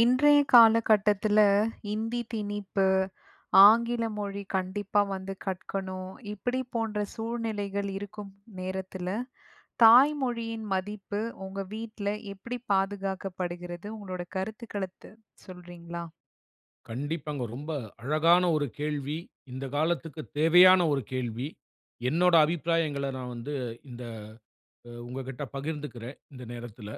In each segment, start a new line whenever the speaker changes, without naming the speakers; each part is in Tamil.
இன்றைய காலகட்டத்துல இந்தி திணிப்பு, ஆங்கில மொழி கண்டிப்பா வந்து கற்கணும். இப்படி போன்ற சூழ்நிலைகள் இருக்கும் நேரத்துல, தாய்மொழியின் மதிப்பு உங்க வீட்ல எப்படி பாதுகாக்கப்படுகிறது? உங்களோட கருத்துக்கள சொல்றீங்களா?
கண்டிப்பாங்க. ரொம்ப அழகான ஒரு கேள்வி. இந்த காலத்துக்கு தேவையான ஒரு கேள்வி. என்னோட அபிப்பிராயங்கள நான் வந்து இந்த உங்ககிட்ட பகிர்ந்துக்கிறேன், இந்த நேரத்தில.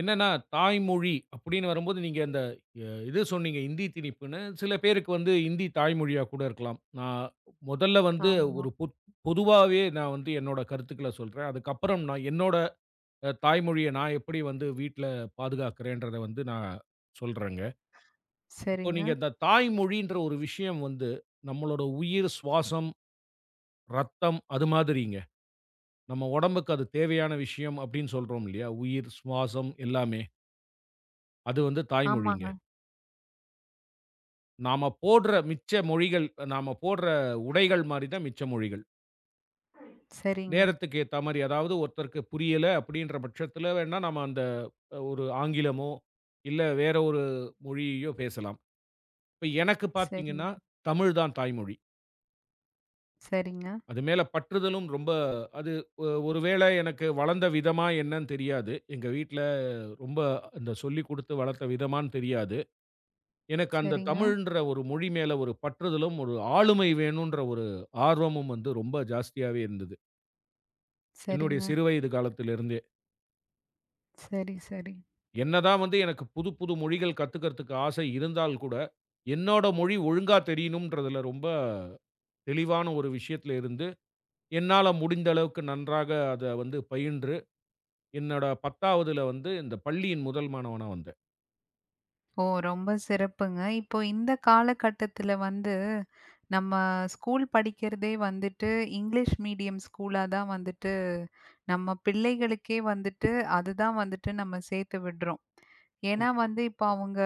என்னன்னா, தாய்மொழி அப்படின்னு வரும்போது நீங்க அந்த இது சொன்னீங்க, இந்தி திணிப்புன்னு. சில பேருக்கு வந்து இந்தி தாய்மொழியா கூட இருக்கலாம். நான் முதல்ல வந்து
ஆமா.
ஒரு பொத் பொதுவாவே நான் வந்து என்னோட கருத்துக்கள சொல்றேன். அதுக்கப்புறம் நான் என்னோட தாய்மொழிய நான் எப்படி வந்து வீட்ல பாதுகாக்கிறேன்றத வந்து நான் சொல்றேங்க. இப்போ
சரிங்க.
நீங்க இந்த தாய்மொழின்ற ஒரு விஷயம் வந்து, நம்மளோட உயிர், சுவாசம், ரத்தம் அது மாதிரிங்க. நம்ம உடம்புக்கு அது தேவையான விஷயம் அப்படின்னு சொல்றோம் இல்லையா? உயிர், சுவாசம் எல்லாமே. அது வந்து தாய்மொழிங்க.
ஆமாங்க.
நாம போடுற மிச்ச மொழிகள், நாம போடுற உடைகள் மாரி தான் மிச்ச மொழிகள்.
சரிங்க.
நேரத்துக்கு ஏத்தா மாரி, அதாவது ஒருத்தருக்கு புரியல அப்படின்ற பட்சத்தில வேணா நம்ம அந்த ஒரு ஆங்கிலமோ, இல்ல வேற ஒரு மொழியையோ பேசலாம். இப்ப எனக்கு பார்த்தீங்கன்னா,
சரிங்க.
தமிழ் தான் தாய்மொழி.
சரிங்க.
அது மேல பற்றுதலும் ரொம்ப அது ஒரு வேள எனக்கு வளந்த விதமா என்னன்னு தெரியாது. எங்க வீட்ல ரொம்ப அந்த சொல்லிக் குடுத்து வளர்த்த விதமான்னு தெரியாது. எனக்கு அந்த
சரிங்க.
தமிழ்ன்ற ஒரு மொழி மேல ஒரு பற்றுதலும், ஒரு ஆளுமை வேணுன்ற ஒரு ஆர்வமும் வந்து ரொம்ப ஜாஸ்தியாவே இருந்தது. என்னுடைய
சரிங்க.
சிறு வயது காலத்திலிருந்தே.
சரி, சரி.
என்னதான் வந்து எனக்கு புது புது மொழிகள் கத்துக்கிறதுக்கு ஆசை இருந்தால் கூட, என்னோட மொழி ஒழுங்கா தெரியணும்ன்றதுல ரொம்ப தெளிவான ஒரு விஷயத்துல இருந்து, என்னால முடிந்த அளவுக்கு நன்றாக அத வந்து பயின்று என்னோட 10வதுல வந்து இந்த பள்ளியின் முதல் மாணவனா வந்தேன்.
ஓ! ரொம்ப சிறப்புங்க. இப்போ இந்த காலகட்டத்தில வந்து, நம்ம ஸ்கூல் படிக்கிறதே வந்துட்டு இங்கிலீஷ் மீடியம் ஸ்கூலா தான் வந்துட்டு, நம்ம பிள்ளைகளுக்கே வந்துட்டு அதுதான் வந்துட்டு நம்ம சேர்த்து விடுறோம். ஏன்னா வந்து இப்போ அவங்க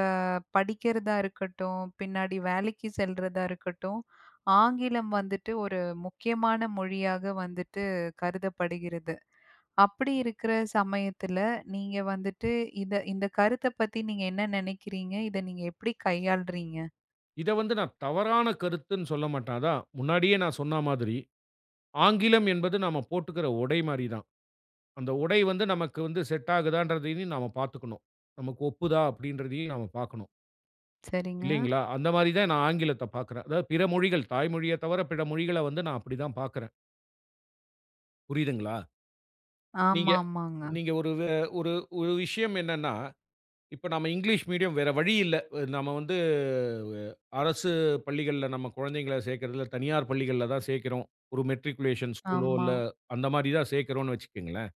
படிக்கிறதா இருக்கட்டும், பின்னாடி வேலைக்கு செல்றதா இருக்கட்டும், ஆங்கிலம் வந்துட்டு ஒரு முக்கியமான மொழியாக வந்துட்டு கருதப்படுகிறது. அப்படி இருக்கிற சமயத்துல, நீங்க வந்துட்டு இத இந்த கருத்த பத்தி நீங்க என்ன நினைக்கிறீங்க? இத நீங்க எப்படி கையாள்றீங்க?
இத வந்து நான் தவறான கருத்துன்னு சொல்ல மாட்டேன். அதான் முன்னாடியே நான் சொன்ன மாதிரி, ஆங்கிலம் என்பது நாம போட்டுக்கிற உடை மாரி தான். அந்த உடை வந்து நமக்கு வந்து செட் ஆகுதான்றதையும் நாம பார்த்துக்கணும். நமக்கு ஒப்புதா அப்படின்றதையும் நாம பார்க்கணும்.
சரிங்க.
இல்லைங்களா? அந்த மாரி தான் நான் ஆங்கிலத்த பார்க்குறேன். அதாவது பிற மொழிகள், தாய்மொழிய தவிர பிற மொழிகள வந்து நான் அப்படி தான் பார்க்குறேன். புரியுதுங்களா? நீங்க
ஆமாமாங்க.
நீங்க ஒரு ஒரு விஷயம் என்னன்னா இப்ப நம்ம இங்கிலீஷ் மீடியம் வேற வழி இல்ல. நம்ம வந்து அஹ், அரசு பள்ளிகள்ல நம்ம குழந்தைங்கள சேர்க்கறதில்ல, தனியார் பள்ளிகள்ல தான் சேர்க்கிறோம். ஒரு மெட்ரிகுலேஷன் ஸ்கூலோ
ஆமா,
இல்ல அந்த மாரி தான் சேர்க்கிறோம்னு வச்சுக்கங்களேன்.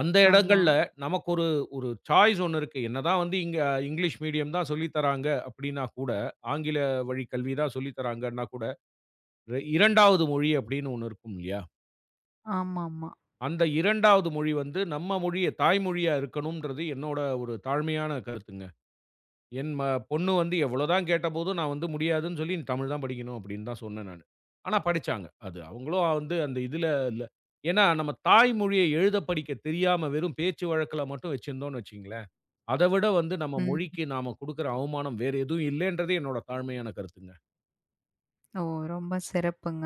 அந்த
ஆமா,
இடங்கள்ல நமக்கு ஒரு ஒரு சாய்ஸ் ஒண்ணு இருக்கு. என்னதான் வந்து இங்க இங்கிலீஷ் மீடியம் தான் சொல்லி தராங்க அப்படின்னா கூட, ஆங்கில வழி கல்வி தான் சொல்லி தராங்கன்னா கூட, 2வது மொழி அப்படின்னு ஒண்ணு இருக்கும் இல்லையா?
ஆமாமா.
அந்த 2வது மொழி வந்து நம்ம மொழிய தாய்மொழியா இருக்கணும்ன்றது என்னோட ஒரு தாழ்மையான கருத்துங்க. என் ம பொண்ணு வந்து எவ்வளோதான் கேட்டபோதும், நான் வந்து முடியாதுன்னு சொல்லி, "நீ தமிழ் தான் படிக்கணும்." அப்படின்னு தான் சொன்னேன் நானு. ஆனா படிச்சாங்க. அது அவங்களும் வந்து அந்த இதுல இல்ல. ஏன்னா நம்ம தாய்மொழிய எழுத படிக்க தெரியாம வெறும் பேச்சு வழக்குல மட்டும் வச்சிருந்தோம்னு வச்சுக்கங்களேன், அத விட வந்து நம்ம
ம்.
மொழிக்கு நாம குடுக்குற அவமானம் வேற எதுவும் இல்லைன்றதே என்னோட தாழ்மையான கருத்துங்க.
ஓ! ரொம்ப சிறப்புங்க.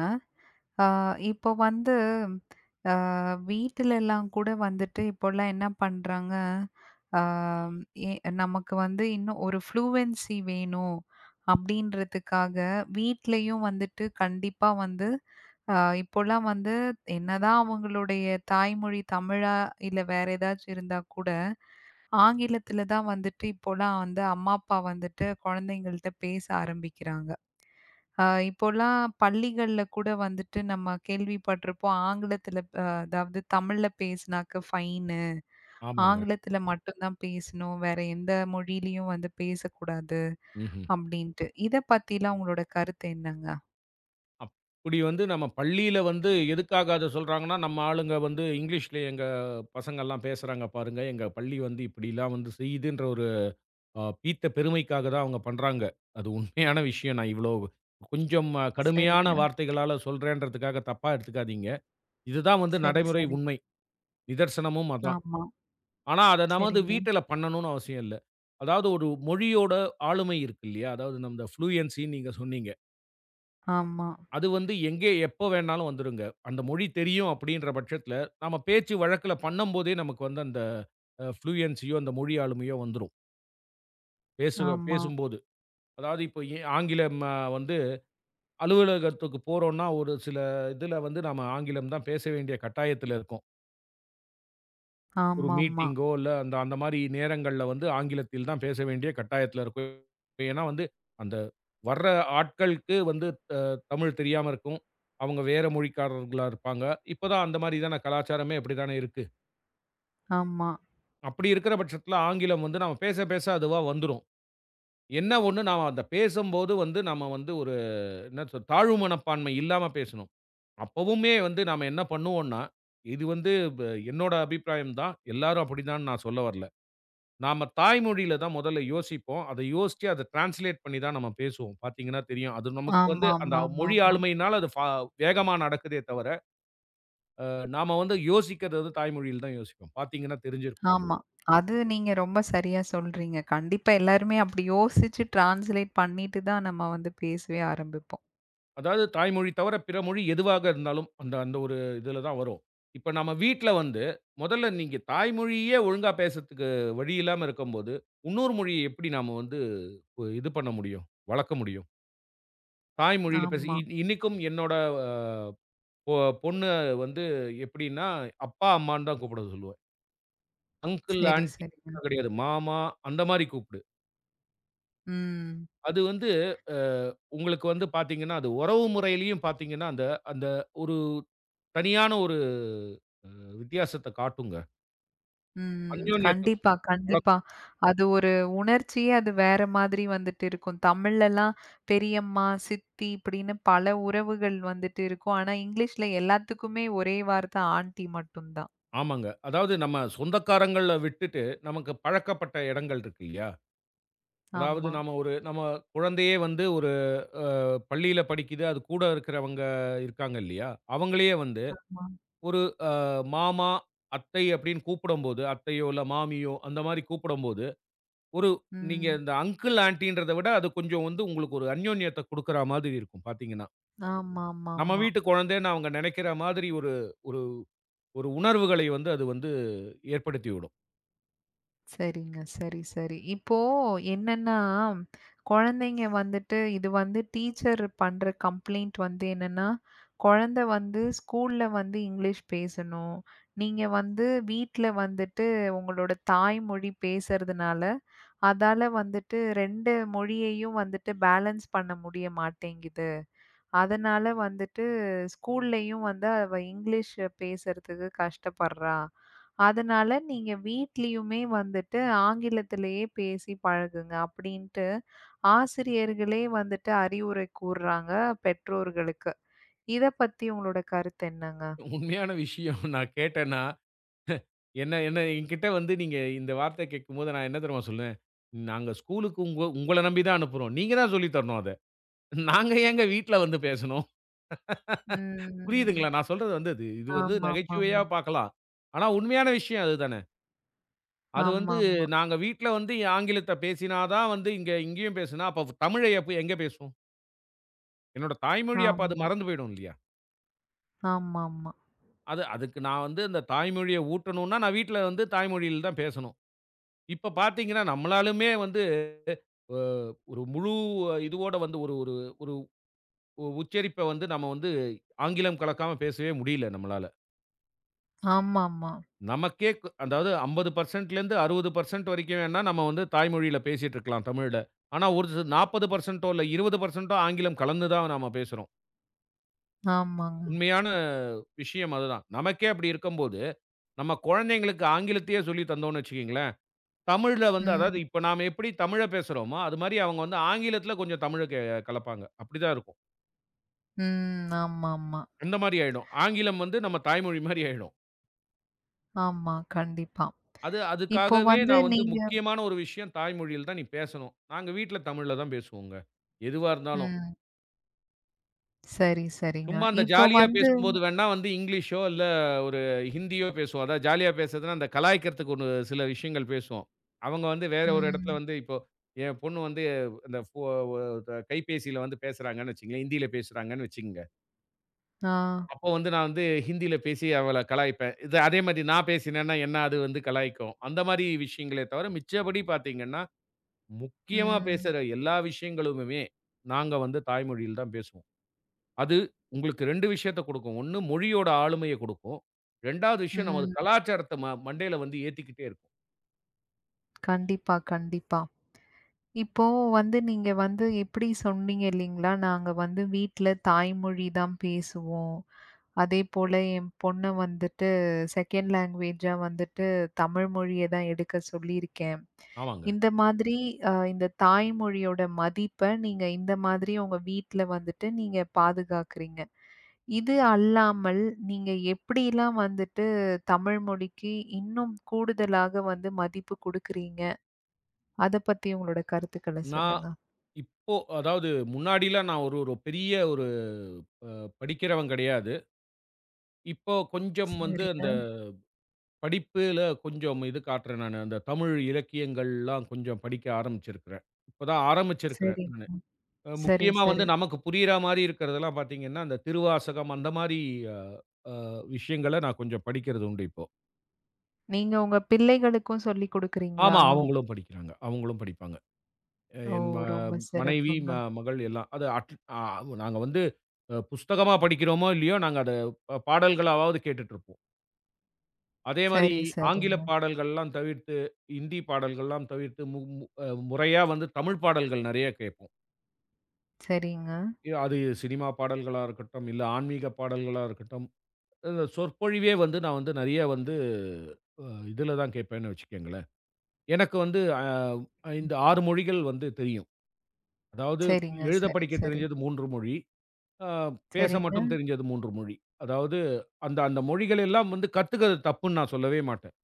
ஆ, இப்போ வந்து அ வீட்டிலலாம் கூட வந்துட்டு இப்போலாம் என்ன பண்றாங்க, ஆ எ நமக்கு வந்து இன்னும் ஒரு ஃப்ளூவென்சி வேணும் அப்படின்றதுக்காக வீட்லயும் வந்துட்டு கண்டிப்பா வந்து அ இப்போலாம் வந்து என்னதான் அவங்களுடைய தாய்மொழி தமிழா இல்ல வேற ஏதாச்சும் இருந்தா கூட, ஆங்கிலத்தில தான் வந்துட்டு இப்போலாம் வந்து அம்மா, அப்பா வந்துட்டு குழந்தைங்கள்ட்ட பேச ஆரம்பிக்கிறாங்க. இப்போலாம் பள்ளிகள்ல கூட வந்துட்டு நம்ம கேள்விப்பட்டிருப்போம். ஆங்கிலத்தில அதாவது தமிழ்ல பேசினாக்க ஃபைனு.
ஆமாங்க.
ஆங்கிலத்தில மட்டும் தான் பேசணும். வேற எந்த மொழியிலயும் வந்து பேசக்கூடாது
ம்ஹ்ம்.
அப்படின்ட்டு. இத பத்திலாம் உங்களோட கருத்து என்னங்க?
அப்படி வந்து நம்ம பள்ளியில வந்து எதுக்காக அத சொல்றாங்கன்னா, நம்ம ஆளுங்க வந்து இங்கிலீஷ்ல எங்க பசங்கள்லாம் பேசுறாங்க பாருங்க, எங்க பள்ளி வந்து இப்படிலாம் வந்து செய்யுதுன்ற ஒரு பீத்த பெருமைக்காக தான் அவங்க பண்றாங்க. அது உண்மையான விஷயம். நான் இவ்ளோ கொஞ்சம் கடுமையான
சரிங்க.
வார்த்தைகளால சொல்றேன்றதுக்காக தப்பா எடுத்துக்காதீங்க. இதுதான் வந்து
சரி,
நடைமுறை
சரி.
உண்மை. நிதர்சனமும் அதான்.
ஆமா.
ஆனா, அத நமது
சரிங்க.
வீட்டில பண்ணணும்னு அவசியம் இல்ல. அதாவது ஒரு மொழியோட ஆளுமை இருக்கு இல்லையா? அதாவது நம்ம ஃப்ளூயன்ஸின்னு நீங்க சொன்னீங்க.
ஆமா,
அது வந்து எங்கே எப்போ வேணாலும் வந்துருங்க. அந்த மொழி தெரியும் அப்படின்ற பட்சத்தில, நாம பேச்சு வழக்குல பண்ணும்போதே நமக்கு வந்து அந்த ஃப்ளூயன்ஸியோ அந்த மொழி ஆளுமையோ வந்துரும்.
ஆமா,
பேசும்போது. அதாவது இப்போ ஆங்கிலம் வந்து அலுவலகத்துக்கு போறோம்னா, ஒரு சில இதுல வந்து நாம ஆங்கிலம் தான் பேச வேண்டிய கட்டாயத்துல இருக்கோம். ஒரு
ஆமாமா.
மீட்டிங்கோ, இல்ல அந்த அந்த மாரி நேரங்கள்ல வந்து ஆங்கிலத்தில் தான் பேச வேண்டிய கட்டாயத்துல இருக்கும். ஏன்னா வந்து, அந்த வர்ற ஆட்களுக்கு வந்து தமிழ் தெரியாம இருக்கும். அவங்க வேற மொழிக்காரர்களா இருப்பாங்க. இப்ப தான் அந்த மாரி தான கலாச்சாரமே அப்படி தானே இருக்கு.
ஆமா.
அப்படி இருக்கிற பட்சத்துல ஆங்கிலம் வந்து நாம பேச, பேச அதுவா வந்துரும். என்ன ஒண்ணு நாம அத பேசும்போது வந்து, நாம வந்து ஒரு என்ன சொல் தாழ்வு மனப்பான்மை இல்லாம பேசணும். அப்பவுமே வந்து நாம என்ன பண்ணுவோம்ன்னா, இது வந்து ப என்னோட அபிப்பிராயம் தான். எல்லாரும் அப்படிதான்னு நான் சொல்ல வரல. நாம தாய்மொழியில தான் முதல்ல யோசிப்போம். அத யோசிச்சு அத டிரான்ஸ்லேட் பண்ணி தான் நம்ம பேசுவோம். பார்த்தீங்கன்னா தெரியும். அது நமக்கு வந்து அந்த மொழி
ஆமாமாமாமா.
ஆளுமையினால அது வேகமா நடக்குதே தவிர, நாம வந்து யோசிக்கிறது வந்து தாய்மொழியில தான் யோசிப்போம். பார்த்தீங்கன்னா தெரிஞ்சிருக்கும்.
ஆமா. அது நீங்க ரொம்ப சரியா சொல்றீங்க. கண்டிப்பா எல்லாருமே அப்படி யோசிச்சு டிரான்ஸ்லேட் பண்ணிட்டு தான் நம்ம வந்து பேசவே ஆரம்பிப்போம்.
அதாவது தாய்மொழி தவிர பிற மொழி எதுவாக இருந்தாலும், அந்த அந்த ஒரு இதுல தான் வரும். இப்ப நம்ம வீட்ல வந்து, முதல்ல நீங்க தாய்மொழியே ஒழுங்கா பேசறதுக்கு வழி இல்லாம இருக்கும்போது, இன்னொரு மொழிய எப்படி நாம வந்து இது பண்ண முடியும்? வளர்க்க முடியும்? தாய்மொழியில பேச
ஆமா.
இன்னைக்கும் என்னோட அ பொ பொண்ணு வந்து எப்படின்னா, அப்பா, அம்மான்னு தான் கூப்பிட சொல்லுவேன். அங்கிள்,
சரி,
ஆன்டி
சரிங்க.
கிடையாது. மாமா அந்த மாரி கூப்பிடு.
ம்.
அது வந்து அ உங்களுக்கு வந்து பாத்தீங்கன்னா, அது உறவு முறையிலயும் பாத்தீங்கன்னா, அந்த அந்த ஒரு தனியான ஒரு அ வித்தியாசத்த காட்டுங்க.
ம்.
அந்யோன்யத்த
கண்டிப்பா, கண்டிப்பா.
வளர்க்கும்.
அது ஒரு உணர்ச்சியே அது வேற மாதிரி வந்துட்டு இருக்கும். தமிழ்லலாம் பெரியம்மா, சித்தி இப்படின்னு பல உறவுகள் வந்துட்டு இருக்கும். ஆனா இங்கிலீஷ்ல எல்லாத்துக்குமே ஒரே வார்த்தை ஆன்டி மட்டும் தான்.
ஆமாங்க. அதாவது நம்ம சொந்தக்காரங்கள விட்டுட்டு, நமக்கு பழக்கப்பட்ட இடங்கள் இருக்கு இல்லையா? அதாவது
ஆமா.
நாம ஒரு நம்ம குழந்தையே வந்து ஒரு அ பள்ளியில படிக்குது. அது கூட இருக்கிறவங்க இருக்காங்க இல்லையா? அவங்களையே வந்து
ஆமா.
ஒரு அ மாமா, அத்தை அப்படின்னு கூப்பிடும்போது, அத்தையோ இல்ல மாமியோ அந்த மாரி கூப்பிடும்போது, ஒரு நீங்க
ம்.
இந்த அங்கிள், ஆன்டின்றத விட அது கொஞ்சம் வந்து உங்களுக்கு ஒரு அந்யோன்யத்த குடுக்குற மாதிரி இருக்கும் பார்த்தீங்கன்னா. நம்ம
ஆமாமாமா.
வீட்டு குழந்தைன்னு அவங்க நினைக்கிற மாதிரி ஒரு ஒரு ஒரு உணர்வுகளை வந்து அது வந்து ஏற்படுத்தி விடும்.
சரிங்க. சரி, சரி. இப்போ என்னன்னா, குழந்தைங்க வந்துட்டு இது வந்து டீச்சர் பண்ற கம்ப்ளைண்ட் வந்து என்னன்னா, குழந்தை வந்து ஸ்கூல்ல வந்து இங்கிலீஷ் பேசணும். நீங்க வந்து வீட்ல வந்துட்டு உங்களோட தாய்மொழி பேசுறதுனால, அதால வந்துட்டு 2 மொழியையும் வந்துட்டு பேலன்ஸ் பண்ண முடிய மாட்டேங்குது. அதனால வந்துட்டு ஸ்கூல்லயும் வந்து அவ இங்கிலீஷ் பேசுறதுக்கு கஷ்டப்படுறா. அதனால நீங்க வீட்லயுமே வந்துட்டு ஆங்கிலத்திலேயே பேசி பழகுங்க அப்படின்ட்டு ஆசிரியர்களே வந்துட்டு அறிவுரை கூர்றாங்க பெற்றோர்களுக்கு. இத பத்தி உங்களோட கருத்து என்னங்க?
உண்மையான விஷயம் நான் கேட்டேன்னா, என்ன என்ன என்கிட்ட வந்து நீங்க இந்த வார்த்தை கேட்கும்போது நான் என்ன தெரியுமா சொல்லுவேன்? நாங்க ஸ்கூலுக்கு உங்கள நம்பி தான் அனுப்புறோம். நீங்க தான் சொல்லி தரணும் அத. நாங்க ஏங்க வீட்ல வந்து பேசணும்?
ம்.
புரியுதுங்களா? நான் சொல்றது வந்து அது இது வந்து நகைச்சுவையா
ஆமாமாமா.
பார்க்கலாம். ஆனா உண்மையான விஷயம் அதுதானே. அது வந்து
ஆமாமா.
நாங்க வீட்ல வந்து ஆங்கிலத்த பேசினா தான் வந்து இங்கேயும் பேசுனா, அப்ப தமிழை எப்ப எங்க பேசுவோம்? என்னோட தாய்மொழி அப்ப அது
ஆமா.
மறந்து போயிடும் இல்லையா?
ஆமாமா.
அது அதுக்கு நான் வந்து அந்த தாய்மொழிய ஊட்டணும்னா, நான் வீட்ல வந்து தாய்மொழியில தான் பேசணும். இப்ப பார்த்தீங்கன்னா, நம்மளாலுமே வந்து அ ஒரு முழு இதுவோட வந்து ஒரு ஒரு ஒரு உச்சரிப்ப வந்து நம்ம வந்து ஆங்கிலம் கலக்காம பேசவே முடியல நம்மளால.
ஆமாமா.
நமக்கே க் அதாவது 50%லேருந்து 60% வரைக்கும் வேணா நம்ம வந்து தாய்மொழியில பேசிட்டு இருக்கலாம் தமிழ்ல. ஆனா ஒரு சி 40%ஓ இல்ல 20%ஓ ஆங்கிலம் கலந்து தான் நாம பேசுறோம்.
ஆமாங்க.
உண்மையான விஷயம் அதுதான். நமக்கே அப்படி இருக்கும்போது, நம்ம குழந்தைங்களுக்கு ஆங்கிலத்தையே சொல்லி தந்தோம்னு வச்சுக்கங்களேன் தமிழ்ல வந்து
ம்.
அதாவது இப்ப நாம எப்படி தமிழ பேசுறோமோ, அது மாரி அவங்க வந்து ஆங்கிலத்தில கொஞ்சம் தமிழ கே கலப்பாங்க. அப்படிதான் இருக்கும்.
ம். ஆமாமா. ஆமா.
அந்த மாரி ஆயிடும். ஆங்கிலம் வந்து நம்ம தாய்மொழி மாரி ஆயிடும்.
ஆமா கண்டிப்பா.
அது
இப்போ
அதுக்காகவே
வந்து
நான் வந்து
நீங்க
முக்கியமான ஒரு விஷயம் தாய்மொழியில தான் நீ பேசணும். நாங்க வீட்ல தமிழ்ல தான் பேசுவோங்க. எதுவா இருந்தாலும்.
ம். சரி, சரிங்க.
சும்மா அந்த
இப்போ
ஜாலியா
வந்து
பேசும்போது வேணா வந்து இங்கிலீஷோ, இல்ல ஒரு ஹிந்தியோ பேசுவோம். அதாவது ஜாலியா பேசுறதுன்னா, அந்த கலாய்க்கிறதுக்கு ஒண்ணு சில விஷயங்கள் பேசுவோம். அவங்க வந்து வேற ஒரு
ம்.
இடத்துல வந்து இப்போ என் பொண்ணு வந்து அந்த ஃபோ ஒ த கைபேசியில வந்து பேசுறாங்கன்னு வச்சுக்கங்களேன், ஹிந்தியில பேசுறாங்கன்னு வச்சுக்கங்க.
ஆ.
அப்போ வந்து நான் வந்து ஹிந்தியில பேசி அவள கலாய்ப்பேன். இது அதே மாரி நான் பேசினேன்னா என்ன அது வந்து கலாய்க்கும். அந்த மாரி விஷயங்களே தவிர, மிச்சபடி பார்த்தீங்கன்னா, முக்கியமா
ம்.
பேசுற எல்லா விஷயங்களுமே நாங்க வந்து தாய்மொழியில தான் பேசுவோம். அது உங்களுக்கு 2 விஷயத்த குடுக்கும். 1 மொழியோட ஆளுமைய குடுக்கும். 2வது விஷயம் நமது
ம்.
கலாச்சாரத்த மண்டையில வந்து ஏத்திக்கிட்டே இருக்கும்.
கண்டிப்பா, கண்டிப்பா. இப்போ வந்து நீங்க வந்து எப்படி சொன்னீங்க இல்லீங்களா, நாங்க வந்து வீட்ல தாய்மொழி தான் பேசுவோம். அதேபோல என் பொண்ண வந்துட்டு செகண்ட் லேங்குவேஜா வந்துட்டு தமிழ் மொழிய தான் எடுக்க சொல்லியிருக்கேன்.
ஆமாங்க.
இந்த மாதிரி இந்த தாய்மொழியோட மதிப்ப நீங்க இந்த மாதிரி உங்க வீட்ல வந்துட்டு நீங்க பாதுகாக்கிறீங்க. இது அல்லாமல், நீங்க எப்படிலாம் வந்துட்டு தமிழ் மொழிக்கு இன்னும் கூடுதலாக வந்து மதிப்பு குடுக்குறீங்க? அத பத்தி உங்களோட கருத்துக்கள
நான்
சொல்லுங்க.
இப்போ அதாவது முன்னாடிலாம் நான் ஒரு ஒரு பெரிய ஒரு அ படிக்கிறவன் கிடையாது. இப்போ கொஞ்சம் வந்து அந்த
சரிங்க,
படிப்புல கொஞ்சம் இது காட்டுறேன் நானு. அந்த தமிழ் இலக்கியங்கள்லாம் கொஞ்சம் படிக்க ஆரம்பிச்சிருக்கிறேன். இப்பதான் ஆரம்பிச்சிருக்கிறேன்
சரிங்க.
நானு.
சரி,
முக்கியமா வந்து
சரி.
நமக்கு புரியிற மாரி இருக்கிறதெல்லாம் பார்த்தீங்கன்னா, அந்த திருவாசகம் அந்த மாரி அ அ விஷயங்கள நான் கொஞ்சம் படிக்கிறது உண்டு இப்போ.
நீங்க உங்க பிள்ளைகளுக்கும் சொல்லிக் குடுக்குறீங்களா?
ஆமா. அவங்களும் படிக்கிறாங்க. அவங்களும் படிப்பாங்க. அ
ஓ!
என் ம
ரொம்ப
மனைவி,
சிறப்புங்க.
மகள் எல்லாம். அது அட் அ நாங்க வந்து புஸ்தகமா படிக்கிறோமோ, இல்லையோ நாங்க அத பாடல்களாவாவது கேட்டுட்டுருப்போம். அதே மாரி
சரி,
ஆங்கில
சரிங்க.
பாடல்கள்லாம் தவிர்த்து, இந்தி பாடல்கள்லாம் தவிர்த்து மு மு அ முறையா வந்து தமிழ் பாடல்கள் நெறைய கேட்போம்.
சரிங்க.
அது சினிமா பாடல்களா இருக்கட்டும், இல்ல ஆன்மீக பாடல்களா இருக்கட்டும், இந்த சொற்பொழிவே வந்து நான் வந்து நெறைய வந்து அ இதுல தான் கேட்பேன்னு வச்சுக்கங்களேன். எனக்கு வந்து இந்த 6 மொழிகள் வந்து தெரியும். அதாவது
சரிங்க.
எழுத,
சரி,
படிக்க
சரி.
தெரிஞ்சது 3 மொழி. அ பேச
சரிங்க.
மட்டும் தெரிஞ்சது 3 மொழி. அதாவது அந்த அந்த மொழிகள் எல்லாம் வந்து கத்துக்கறது தப்புன்னு நான் சொல்லவே மாட்டேன்.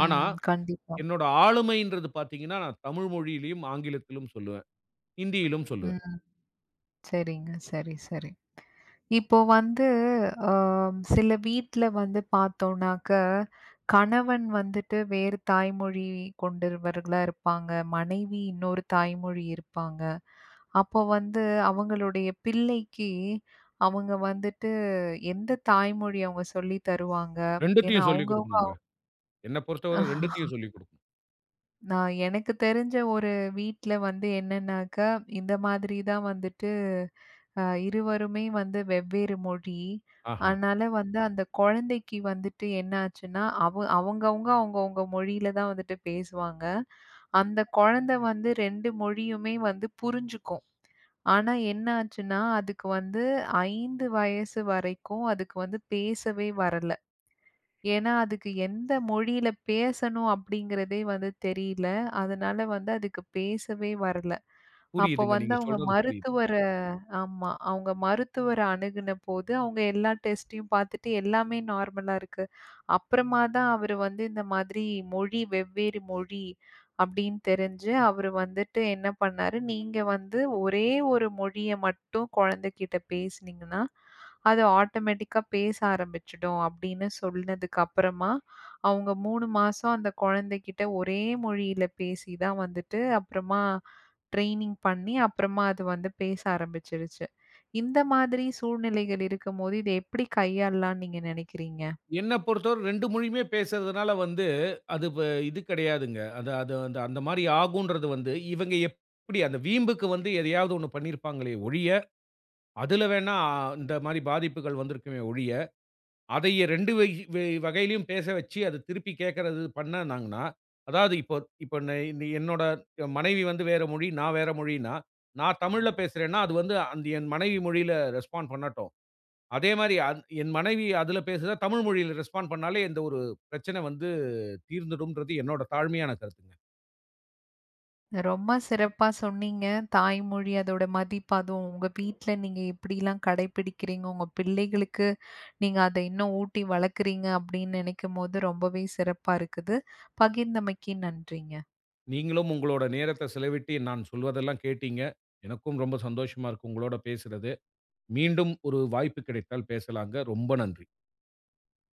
ஆனா,
ம். கண்டிப்பா.
என்னோட ஆளுமைன்றது பார்த்தீங்கன்னா, நான் தமிழ் மொழியிலயும், ஆங்கிலத்திலும் சொல்லுவேன். ஹிந்தியிலும் சொல்லுவேன்.
ம். சரிங்க. சரி, சரி. இப்போ வந்து அ சில வீட்ல வந்து பார்த்தோம்னாக்க, கணவன் வந்துட்டு வேறு தாய்மொழி கொண்டவர்களா இருப்பாங்க. மனைவி இன்னொரு தாய்மொழி இருப்பாங்க. அப்போ வந்து அவங்களுடைய பிள்ளைக்கு அவங்க வந்துட்டு எந்த தாய்மொழி அவங்க சொல்லி தருவாங்க? ஏன்னா
2த்தையும் சொல்லிக்
அவங்கவங்க
குடுக்கணுங்க. என்ன பொறுத்தவரை 2த்தையும் சொல்லிக் குடுக்கணும்.
நான் எனக்கு தெரிஞ்ச ஒரு வீட்ல வந்து என்னன்னாக்கா, இந்த மாதிரி தான் வந்துட்டு இருவருமே வந்து வெவ்வேறு மொழி.
ஆஹா.
அதனால வந்து அந்த குழந்தைக்கு வந்துட்டு என்ன ஆச்சுன்னா, அவ அவங்கவங்க அவங்கவங்க மொழியில தான் வந்துட்டு பேசுவாங்க. அந்த குழந்தை வந்து 2 மொழியுமே வந்து புரிஞ்சுக்கும். ஆனா என்ன ஆச்சுன்னா, அதுக்கு வந்து 5 வயசு வரைக்கும் அதுக்கு வந்து பேசவே வரல. ஏன்னா, அதுக்கு எந்த மொழியில பேசணும் அப்படிங்கிறதே வந்து தெரியல. அதனால வந்து அதுக்கு பேசவே வரல. அப்போ
புரியுதுங்க.
வந்து
நீங்க
அவங்க
சொல்றது புரியுது.
மருத்துவர் ஆமா. அவங்க மருத்துவர அணுகுனபோது, அவங்க எல்லா டெஸ்ட்டையும் பார்த்துட்டு எல்லாமே நார்மலா இருக்கு. அப்புறமா தான் அவரு வந்து இந்த மாதிரி மொழி வெவ்வேறு மொழி அப்படின்னு தெரிஞ்சு, அவரு வந்துட்டு என்ன பண்ணாரு, நீங்க வந்து ஒரே ஒரு மொழிய மட்டும் குழந்தைகிட்ட பேசுனீங்கன்னா, அது ஆட்டோமேட்டிக்கா பேச ஆரம்பிச்சுடும் அப்படின்னு சொன்னதுக்கு அப்புறமா, அவங்க 3 மாசம் அந்த குழந்தைகிட்ட ஒரே மொழியில பேசி தான் வந்துட்டு அப்புறமா ட்ரெய்னிங் பண்ணி, அப்புறமா அது வந்து பேச ஆரம்பிச்சிருச்சு. இந்த மாதிரி சூழ்நிலைகள் இருக்கும்போது, இத எப்படி கையாளலாம்ன்னு நீங்க நினைக்கிறீங்க?
என்ன பொறுத்தவரை 2 மொழியுமே பேசுறதுனால வந்து, அது வ இது கிடையாதுங்க. அது அது அந்த அந்த மாரி ஆகுன்றது வந்து, இவங்க எப்படி அந்த வீம்புக்கு வந்து எதையாவது ஒண்ணு பண்ணியிருப்பாங்களே ஒழிய, அதுல வேணா இந்த மாரி பாதிப்புகள் வந்திருக்குமே ஒழிய, அதைய 2 வை வை வகையிலயும் பேச வச்சு, அத திருப்பி கேட்கறது பண்ணானாங்கன்னா, அதாவது இப்போ இப்போ ந என்னோட மனைவி வந்து வேற மொழி, நான் வேற மொழின்னா, நான் தமிழ்ல பேசுறேன்னா, அது வந்து அந்த என் மனைவி மொழியில ரெஸ்பாண்ட் பண்ணட்டும். அதே மாரி என் மனைவி அதுல பேசுதா, தமிழ் மொழியில ரெஸ்பாண்ட் பண்ணாலே எந்த ஒரு பிரச்சனை வந்து தீர்ந்துடும்ன்றது என்னோட தாழ்மையான கருத்துங்க.
ரொம்ப சிறப்பா சொன்னீங்க. தாய்மொழி அதோட மதிப்பு, அதுவும் உங்க வீட்ல நீங்க எப்படிலாம் கடைப்பிடிக்கிறீங்க, உங்க பிள்ளைகளுக்கு நீங்க அத இன்னும் ஊட்டி வளர்க்குறீங்க அப்படின்னு நினைக்கும்போது ரொம்பவே சிறப்பா இருக்குது. பகிர்ந்தமைக்கு நன்றிங்க.
நீங்களும் உங்களோட நேரத்த செலவிட்டு நான் சொல்வதெல்லாம் கேட்டீங்க. எனக்கும் ரொம்ப சந்தோஷமா இருக்கு உங்களோட பேசுறது. மீண்டும் ஒரு வாய்ப்பு கிடைத்தால் பேசலாங்க. ரொம்ப நன்றி.